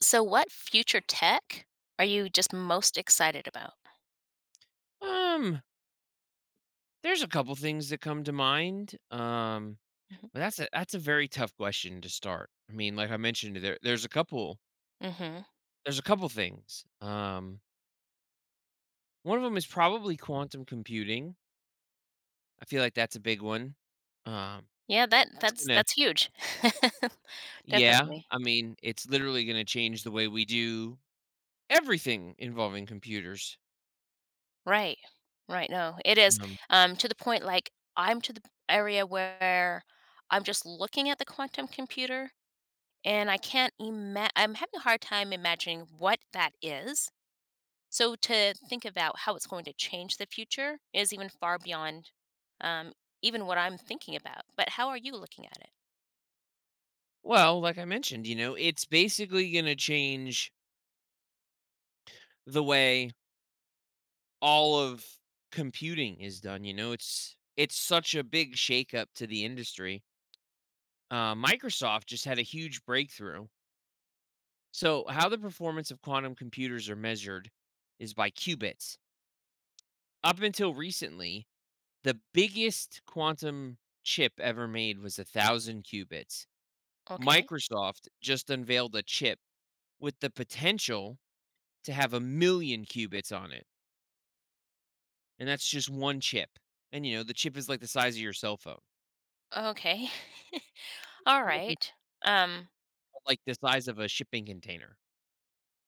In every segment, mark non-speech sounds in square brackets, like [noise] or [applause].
So what future tech are you just most excited about? Um, there's a couple things that come to mind. Mhm, But that's a very tough question to start. I mean, like I mentioned, mhm. there's a couple things. One of them is probably quantum computing. I feel like that's a big one. Um, Yeah, that that's that's gonna that's huge. [laughs] Yeah. Definitely. I mean, it's literally gonna change the way we do everything involving computers. Right. Right, no, it is, Um, to the point, like, I'm to the area where I'm just looking at the quantum computer, and I can't imagine. I'm having a hard time imagining what that is. So to think about how it's going to change the future is even far beyond, um, even what I'm thinking about, but how are you looking at it? well, like I mentioned, you know, it's basically gonna change the way all of computing is done, you know? It's such a big shakeup to the industry. Microsoft just had a huge breakthrough. So, how the performance of quantum computers are measured is by qubits. Up until recently, the biggest quantum chip ever made was a thousand qubits. Okay. Microsoft just unveiled a chip with the potential to have a million qubits on it. And that's just one chip. And, you know, the chip is like the size of your cell phone. Okay. [laughs] All right. Um, Like the size of a shipping container,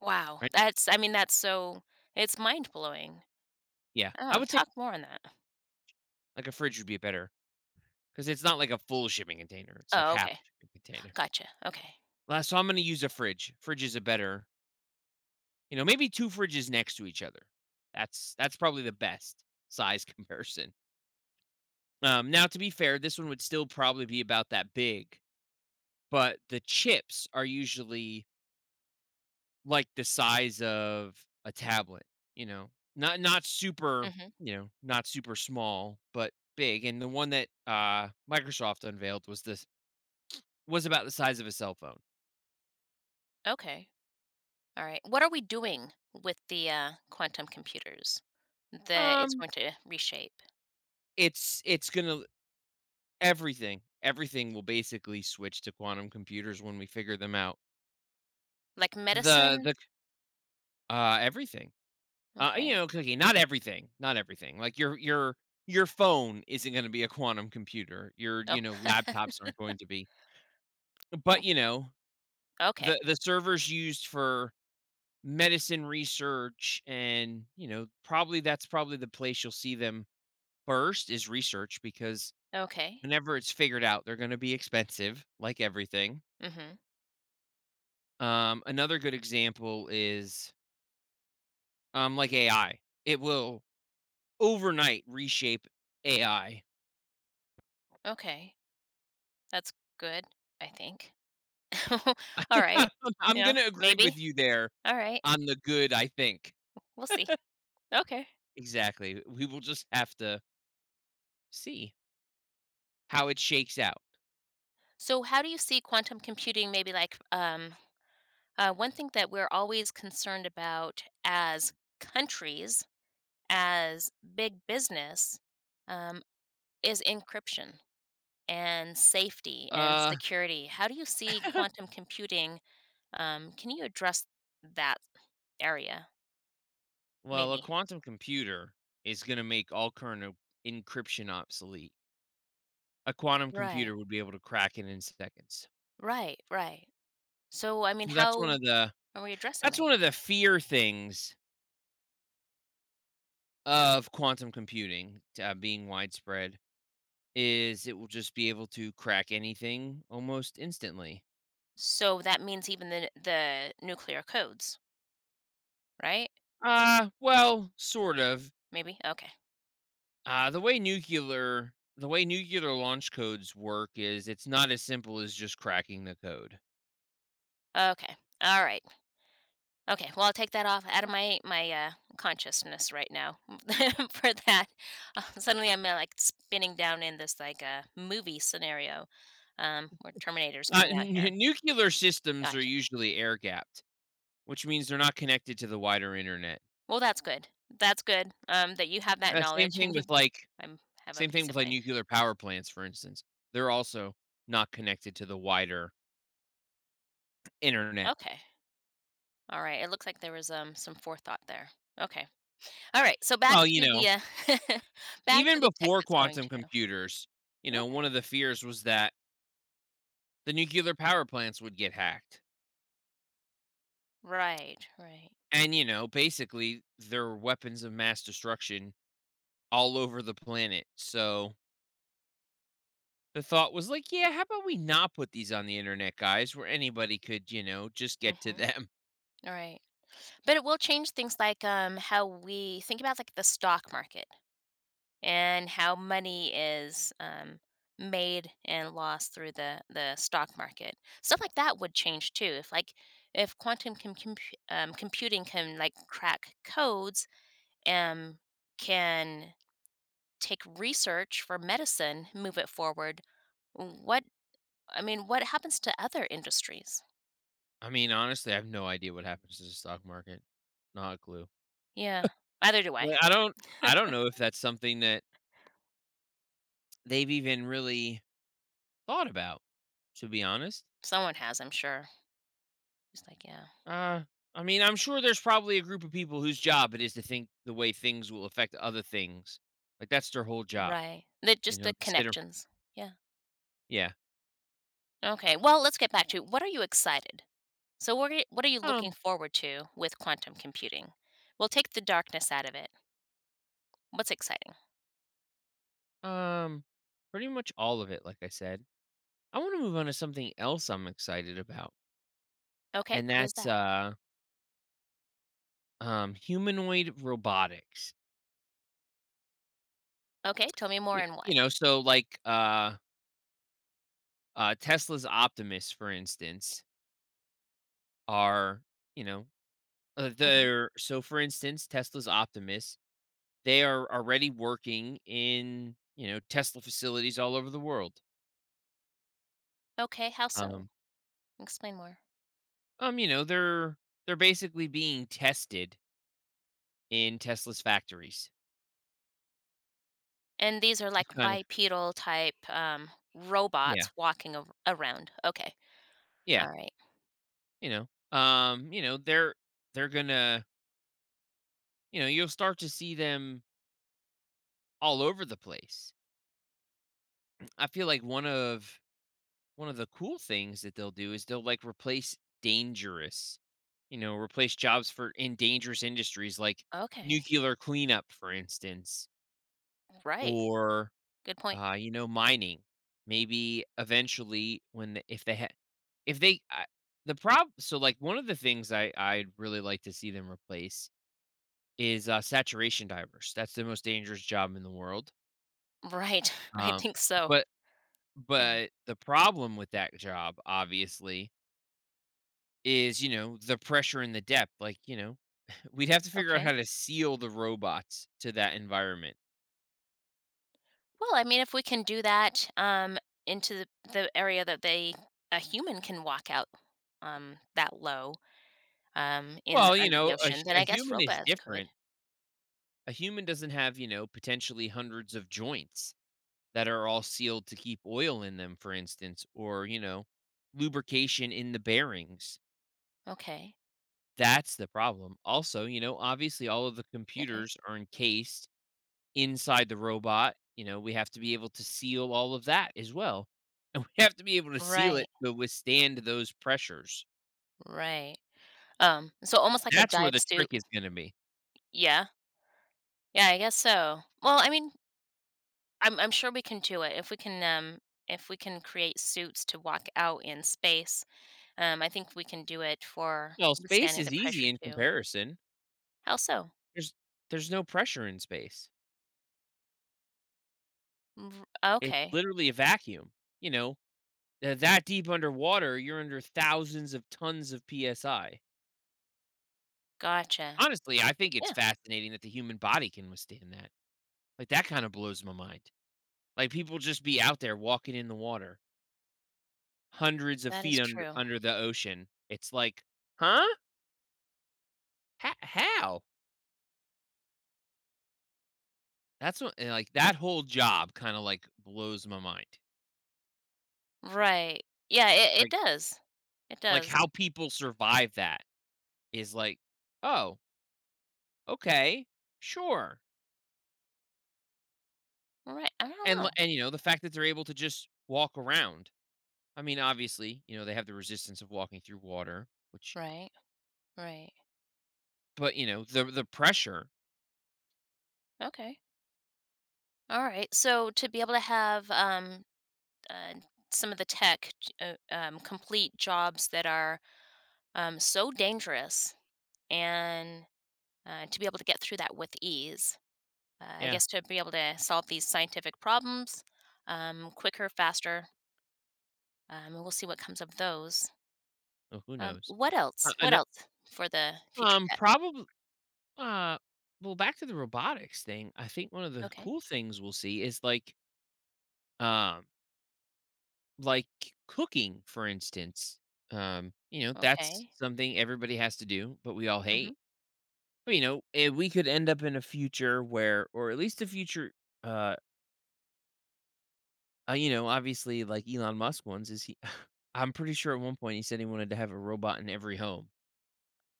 wow. right? That's, I mean, that's so, it's mind blowing. Yeah, I Oh, would say talk more on that. like a fridge would be better because it's not like a full shipping container, it's like Oh, half okay. shipping container. Gotcha. Okay. La So I'm gonna use a fridge. Fridges are better. You know, maybe two fridges next to each other. That's probably the best size [laughs] comparison. Now to be fair, this one would still probably be about that big, but the chips are usually like the size of a tablet, you know? Not super, Hmm. you know, not super small, but big, and the one that, Microsoft unveiled was about the size of a cell phone. Okay. All right. What are we doing with the quantum computers that it's Um, going to reshape? It's gonna Everything, everything will basically switch to quantum computers when we figure them out. Like medicine? The Everything. You Okay. know, cookie not everything, not everything. Like, your phone isn't gonna be a quantum computer. Your, Oh, you know, [laughs] laptops aren't going to be. Mm, But, you know, the okay. the servers used for medicine research, and you know, probably that's probably the place you'll see them first is research, because Okay. whenever it's figured out they're going to be expensive like everything. Hmm. Another good example is like AI. It will overnight reshape AI. Okay. That's good, I think. [laughs] All right. [laughs] I'm Yeah, going to agree maybe. with you there All right. on the good, I think. We'll see. Okay. Exactly, we will just have to see how it shakes out. So, how do you see quantum computing? Maybe like one thing that we're always concerned about as countries, as big business, um, is encryption and safety and uh security. How do you see [laughs] quantum computing? Can you address that area? Well, a Maybe. quantum computer is going to make all current encryption obsolete. A quantum Right. computer would be able to crack it in seconds. Right. So, I mean, So how are we addressing that's that? one of the fear things of quantum computing, being widespread, is it will just be able to crack anything almost instantly. So that means even the nuclear codes, right? Well, sort of. Maybe. Okay. Uh the way nuclear the way nuclear launch codes work is it's not as simple as just cracking the code. Okay. All right. Okay. Well, I'll take that off out of my consciousness right now [laughs] for that. Suddenly, I'm like spinning down in this like movie scenario, where Terminator's coming out here. Nuclear systems are Gotcha. usually air gapped, which means they're not connected to the wider internet. Well, that's good. That's good. That you have that Uh, same knowledge thing and you, with like I'm have a Same thing peace of with like mind. nuclear power plants, for instance. They're also not connected to the wider internet. Okay. All right. It looks like there was some forethought there. Okay. All right. So back Well, you to the know, [laughs] back to even the tech before that's going quantum to. computers, you know, one of Okay. the fears was that the nuclear power plants would get hacked. Right. Right. And you know, basically there were weapons of mass destruction all over the planet. So the thought was like, "Yeah, how about we not put these on the internet, guys, where anybody could, you know, just get to Hmm. them." [laughs] All right. But it will change things like how we think about like the stock market and how money is made and lost through the stock market. Stuff like that would change too. If like if computing can like crack codes and can take research for medicine, move it forward. What I mean, what happens to other industries? I mean, honestly, I have no idea what happens to the stock market. Not a clue. Yeah, either do I. Like, I don't know if that's something that they've even really thought about, to be honest. [laughs] Someone has, I'm sure. Just like yeah. Uh, I mean, I'm sure there's probably a group of people whose job it is to think the way things will affect other things. Like, that's their whole job, Right. The you just know? the They sit ar. connections. Yeah. Yeah. Okay. Well, let's get back to what are you excited? So what are you looking Um, forward to with quantum computing? We'll take the darkness out of it. What's exciting? um, Pretty much all of it, like I said. I want to move on to something else I'm excited about, Okay. and What is that's that? Humanoid robotics. Okay. Tell me more and You why. know, so like Tesla's Optimus, for instance, are, you know, Hmm. they're so for instance Tesla's Optimus, they are already working in, you know, Tesla facilities all over the world. Okay. How so? Um Explain more. You know, they're basically being tested in Tesla's factories. And these are It's like kind of, bipedal type yeah. robots walking around. Okay. Yeah, All right. you know, you know, they're gonna you know, you'll start to see them all over the place. I feel like one of the cool things that they'll do is they'll like replace dangerous you know replace jobs for in dangerous industries like Okay. nuclear cleanup, for instance, Right. or Good point. You know, mining. Maybe eventually, when the, if they had if they I, the problem, so like, one of the things I'd really like to see them replace is, saturation divers. That's the most dangerous job in the world, Right. [laughs] I um, think so. but Yeah. but the problem with that job, obviously, is, you know, the pressure and the depth, like, you know, we'd have to figure out how Okay. to seal the robots to that environment. Well, I mean, if we can do that into the area that they a human can walk out that low in Well, you under the know, ocean, then a I guess human is robots could. different. A human doesn't have, you know, potentially hundreds of joints that are all sealed to keep oil in them, for instance, or, you know, lubrication in the bearings. Okay. That's the problem. Also, you know, obviously all of the Okay. computers are encased inside the robot. You know, we have to be able to seal all of that as well. And we have to be able to seal Right. it to withstand those pressures. Right. So almost like a That's where dive the suit. trick is going to be. Yeah. Yeah, I guess so. Well, I mean, I'm sure we can do it if we can create suits to walk out in space. I think we can do it for Well, space withstanding the is easy pressure in too. comparison. How so? There's there's no pressure in space. R- It's Okay. literally a vacuum. You know, that deep underwater, you're under thousands of tons of psi. Gotcha. Honestly, I think it's Yeah, fascinating that the human body can withstand that. Like, that kinda blows my mind. Like, people just be out there walking in the water, hundreds of that is feet under true. under the ocean. It's like, "Huh? Ho How?" That's what, and, like, that whole job kinda, like, blows my mind. Right. Yeah, it Like does. It like, does. how people survive that is like, "Oh, okay, sure." Right. I don't And know. li and, you know, the fact that they're able to just walk around. I mean, obviously, you know, they have the resistance of walking through water, which Right. Right. but, you know, the pressure, Okay. All right. So to be able to have uh, some of the tech j- complete jobs that are so dangerous and to be able to get through that with ease, I yeah. guess to be able to solve these scientific problems quicker, faster, and we'll see what comes of those. Well, who knows? What else? What A else for the future tech? Probably, uh, well, back to the robotics thing, I think one of the Okay. cool things we'll see is um, like cooking, for instance. You know, that's Okay. something everybody has to do, but we all Mhm. hate. But, you know, we could end up in a future where, or at least a future, uh, you know, obviously, like Elon Musk ones is he. [sighs] [laughs] I'm pretty sure at one point he said he wanted to have a robot in every home.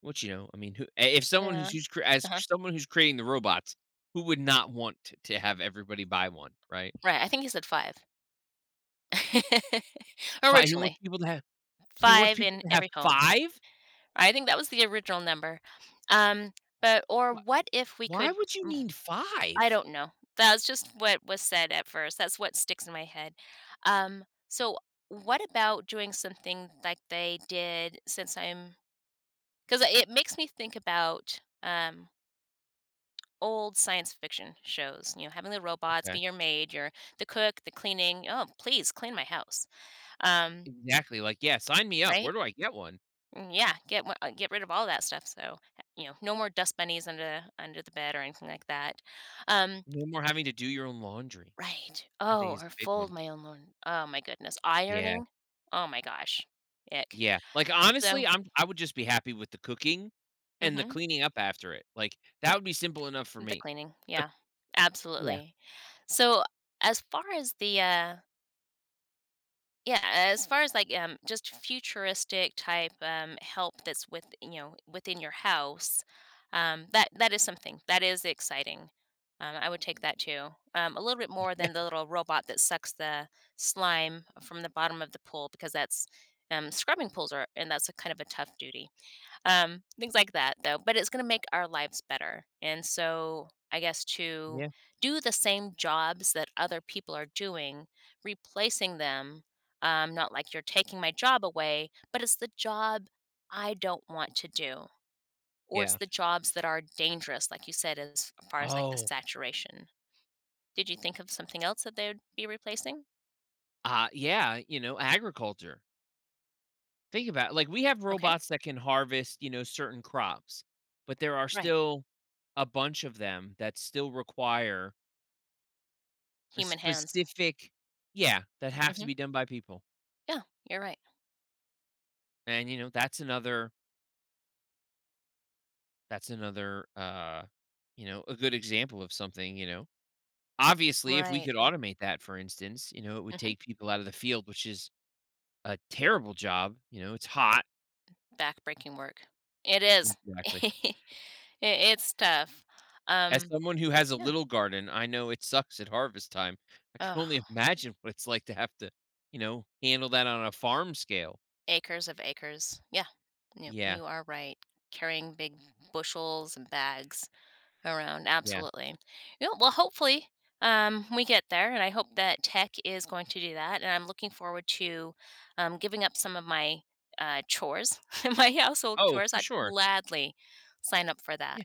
Which, you know, I mean, who if someone Yeah. who's who's cr as Uh-huh. someone who's creating the robots, who would not want t to have everybody buy one, right? Right, I think he said 5. [laughs] Five. He Originally, wants people to have 5 in every home. five? I think that was the original number. Um, but or Wh what if we Why could would you m need I five? don't know. That was just what was said at first. That's what sticks in my head. So what about doing something like they did since I'm am because it makes me think about, old science fiction shows, you know, having the robots be Okay. your maid, your the cook, the cleaning. "Oh, please clean my house." Um, Exactly, like, "Yeah, sign me up. right? Where do I get one?" Mm, yeah, get rid of all that stuff, so, you know, no more dust bunnies under the bed or anything like that. Um. No more having to do your own laundry, Right. I think Oh, is a or big fold one. my own lawn. Oh my goodness. Yeah, Ironing? Oh my gosh. Ick. yeah. Like, honestly, So. I would just be happy with the cooking and the Mhm. cleaning up after it. Like, that would be simple enough for The me. cleaning, yeah. Yeah, Absolutely. So, as far as the, yeah, as far as like just futuristic type help that's with you know within your house, that that is something that is exciting. I would take that too. A little bit more than the little robot that sucks the slime from the bottom of the pool because that's scrubbing pools are and that's a kind of a tough duty. Things like that, though, but it's gonna make our lives better, and so, I guess to yeah, do the same jobs that other people are doing, replacing them, not like you're taking my job away, but it's the job I don't want to do, or it's yeah. the jobs that are dangerous, like you said, as far as, like, the Oh. saturation. Did you think of something else that they would be replacing? Yeah, you know, agriculture. Think about it. Like we have Okay, robots that can harvest, you know, certain crops, but there are right, still a bunch of them that still require a human hands. specific yeah, that have to Mhm, be done by people. yeah, you're right. And you know, that's another, you know, a good example of something, you know. Obviously, if we Right, could right, automate that, for instance, you know, it would mhm. take people out of the field, which is a terrible job, you know, it's hot. Backbreaking work. It is. Exactly. [laughs] It's tough. As Um, someone who has a yeah. little garden, I know it sucks at harvest time. I can Ugh, only [laughs] imagine what it's like to have to, you know, handle that on a farm scale. acres of acres. Yeah. You Yeah, you are right. Carrying big bushels and bags around, yeah. absolutely. You know, well, hopefully, we get there, and I hope that tech is going to do that, and I'm looking forward to, giving up some of my, chores, [laughs] my household Oh, chores. for I'd sure. gladly sign up for that. Yeah.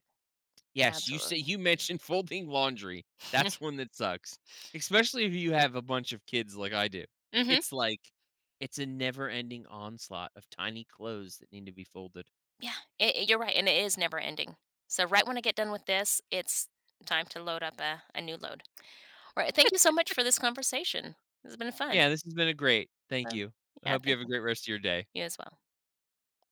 Yes, Absolutely. you mentioned [laughs] folding laundry. That's [laughs] one that sucks, especially if you have a bunch of kids like I do. Mhm. It's like, it's a never-ending onslaught of tiny clothes that need to be folded. Yeah, it you're right, and it is never ending. So right when I get done with this, it's time to load up a new load. Alright, thank you so much for this conversation. This has been fun. Yeah, this has been a great. Thank Um, you. I yeah, hope you thank have a you. great rest of your day. You as well.